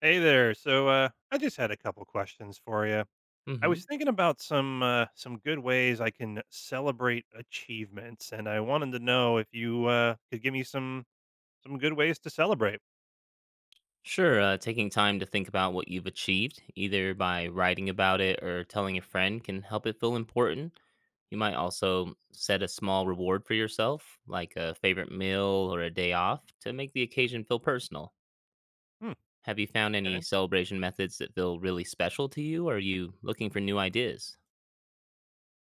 Hey there. I just had a couple questions for you. I Hmm. was thinking about some good ways I can celebrate achievements, and I wanted to know if you could give me some good ways to celebrate. Sure. Taking time to think about what you've achieved, either by writing about it or telling a friend, can help it feel important. You might also set a small reward for yourself, like a favorite meal or a day off, to make the occasion feel personal. Hmm, Have you found any okay. celebration methods that feel really special to you, or are you looking for new ideas?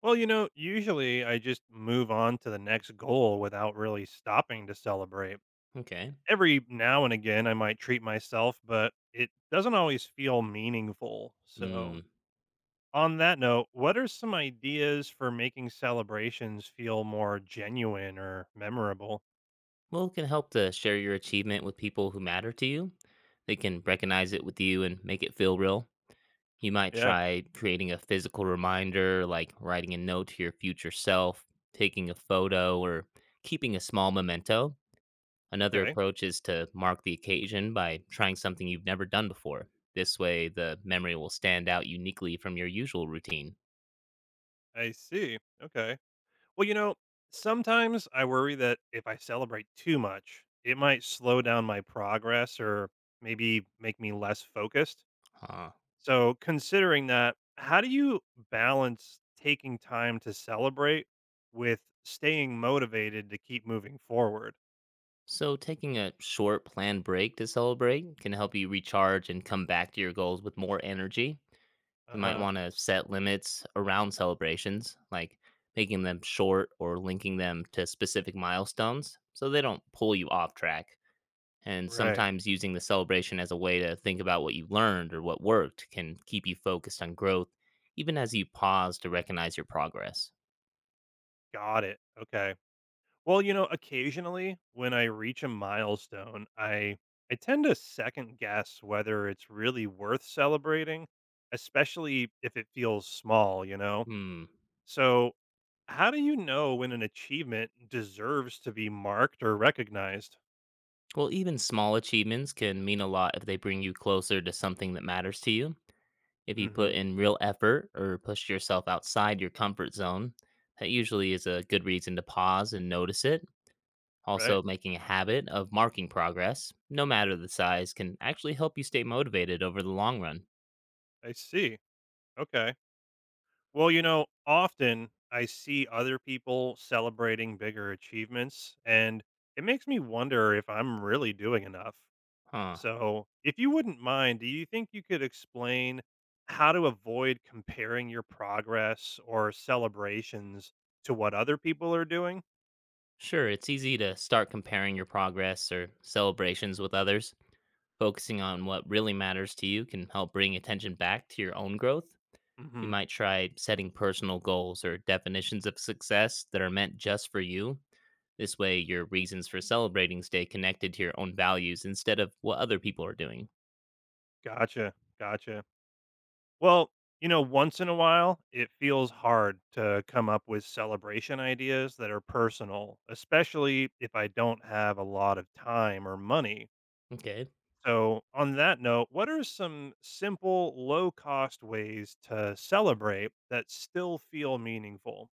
Well, you know, usually I just move on to the next goal without really stopping to celebrate. Okay. Every now and again, I might treat myself, but it doesn't always feel meaningful. So, Mm. on that note, what are some ideas for making celebrations feel more genuine or memorable? Well, it can help to share your achievement with people who matter to you. They can recognize it with you and make it feel real. You might Yeah. try creating a physical reminder, like writing a note to your future self, taking a photo, or keeping a small memento. Another Okay. approach is to mark the occasion by trying something you've never done before. This way, the memory will stand out uniquely from your usual routine. I see. Okay. Well, you know, sometimes I worry that if I celebrate too much, it might slow down my progress or maybe make me less focused. Huh. So, considering that, how do you balance taking time to celebrate with staying motivated to keep moving forward? So, taking a short planned break to celebrate can help you recharge and come back to your goals with more energy. Uh You might huh. want to set limits around celebrations, like making them short or linking them to specific milestones so they don't pull you off track. And Right. sometimes using the celebration as a way to think about what you learned or what worked can keep you focused on growth, even as you pause to recognize your progress. Got it. Okay. Well, you know, occasionally when I reach a milestone, I tend to second guess whether it's really worth celebrating, especially if it feels small, Hmm. So, how do you know when an achievement deserves to be marked or recognized? Well, even small achievements can mean a lot if they bring you closer to something that matters to you. If you Mhm. put in real effort or push yourself outside your comfort zone, that usually is a good reason to pause and notice it. Right. Also, making a habit of marking progress, no matter the size, can actually help you stay motivated over the long run. I see. Okay. Well, you know, often I see other people celebrating bigger achievements and it makes me wonder if I'm really doing enough. Huh. So, if you wouldn't mind, do you think you could explain how to avoid comparing your progress or celebrations to what other people are doing? Sure, it's easy to start comparing your progress or celebrations with others. Focusing on what really matters to you can help bring attention back to your own growth. You Hmm. might try setting personal goals or definitions of success that are meant just for you. This way, your reasons for celebrating stay connected to your own values instead of what other people are doing. Gotcha. Gotcha. Well, you know, once in a while, it feels hard to come up with celebration ideas that are personal, especially if I don't have a lot of time or money. Okay. So, on that note, what are some simple, low cost ways to celebrate that still feel meaningful?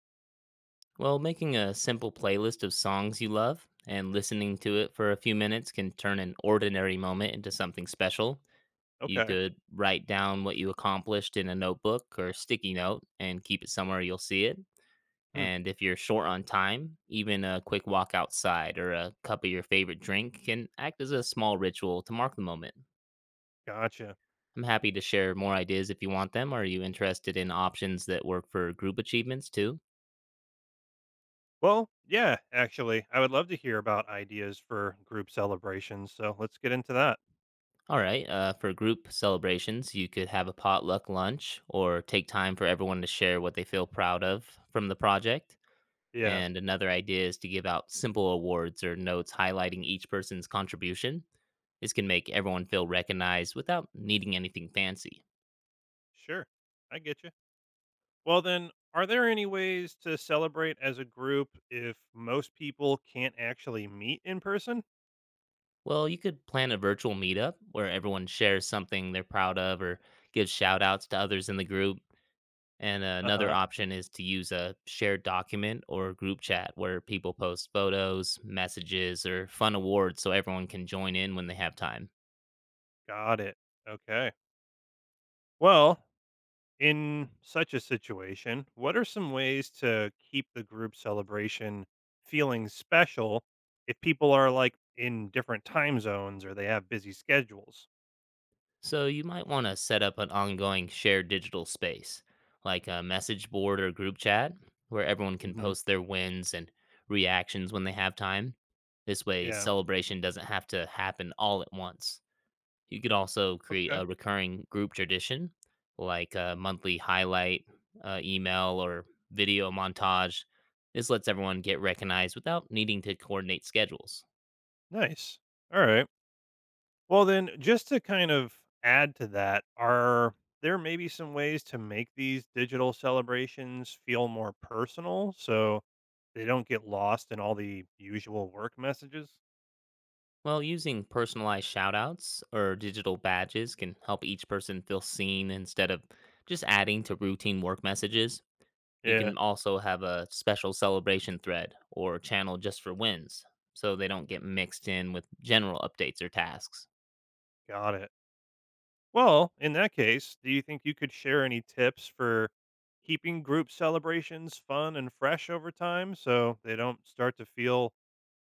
Well, making a simple playlist of songs you love and listening to it for a few minutes can turn an ordinary moment into something special. You Okay. could write down what you accomplished in a notebook or sticky note and keep it somewhere you'll see it. Hmm. And if you're short on time, even a quick walk outside or a cup of your favorite drink can act as a small ritual to mark the moment. Gotcha. I'm happy to share more ideas if you want them. Or are you interested in options that work for group achievements too? Well, yeah, actually, I would love to hear about ideas for group celebrations. So, let's get into that. All right, for group celebrations, you could have a potluck lunch or take time for everyone to share what they feel proud of from the project. Yeah, And another idea is to give out simple awards or notes highlighting each person's contribution. This can make everyone feel recognized without needing anything fancy. sure. I get you. Well, then, are there any ways to celebrate as a group if most people can't actually meet in person? Well, you could plan a virtual meetup where everyone shares something they're proud of or gives shout outs to others in the group. And Uh another huh. option is to use a shared document or group chat where people post photos, messages, or fun awards so everyone can join in when they have time. Got it. Okay. Well, in such a situation, what are some ways to keep the group celebration feeling special if people are like in different time zones or they have busy schedules? So you might want to set up an ongoing shared digital space, like a message board or group chat, where everyone can Hmm. post their wins and reactions when they have time. This way, Yeah. celebration doesn't have to happen all at once. You could also create Okay. a recurring group tradition, like a monthly highlight, email, or video montage. This lets everyone get recognized without needing to coordinate schedules. Nice. All right. Well, then, just to kind of add to that, are there maybe some ways to make these digital celebrations feel more personal so they don't get lost in all the usual work messages? Well, using personalized shoutouts or digital badges can help each person feel seen instead of just adding to routine work messages. You Yeah. can also have a special celebration thread or channel just for wins so they don't get mixed in with general updates or tasks. Got it. Well, in that case, do you think you could share any tips for keeping group celebrations fun and fresh over time so they don't start to feel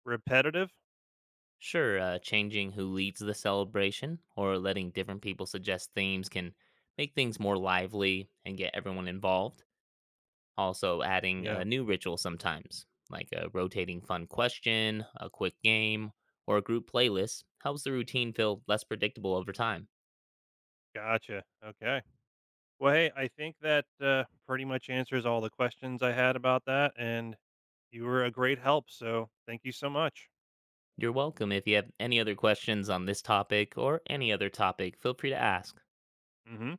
repetitive? Sure, changing who leads the celebration or letting different people suggest themes can make things more lively and get everyone involved. Also adding Yeah, a new ritual sometimes, like a rotating fun question, a quick game, or a group playlist, helps the routine feel less predictable over time. gotcha. Okay. Well, hey, I think that pretty much answers all the questions I had about that. And you were a great help. So thank you so much. You're welcome. If you have any other questions on this topic or any other topic, feel free to ask. Mm hmm.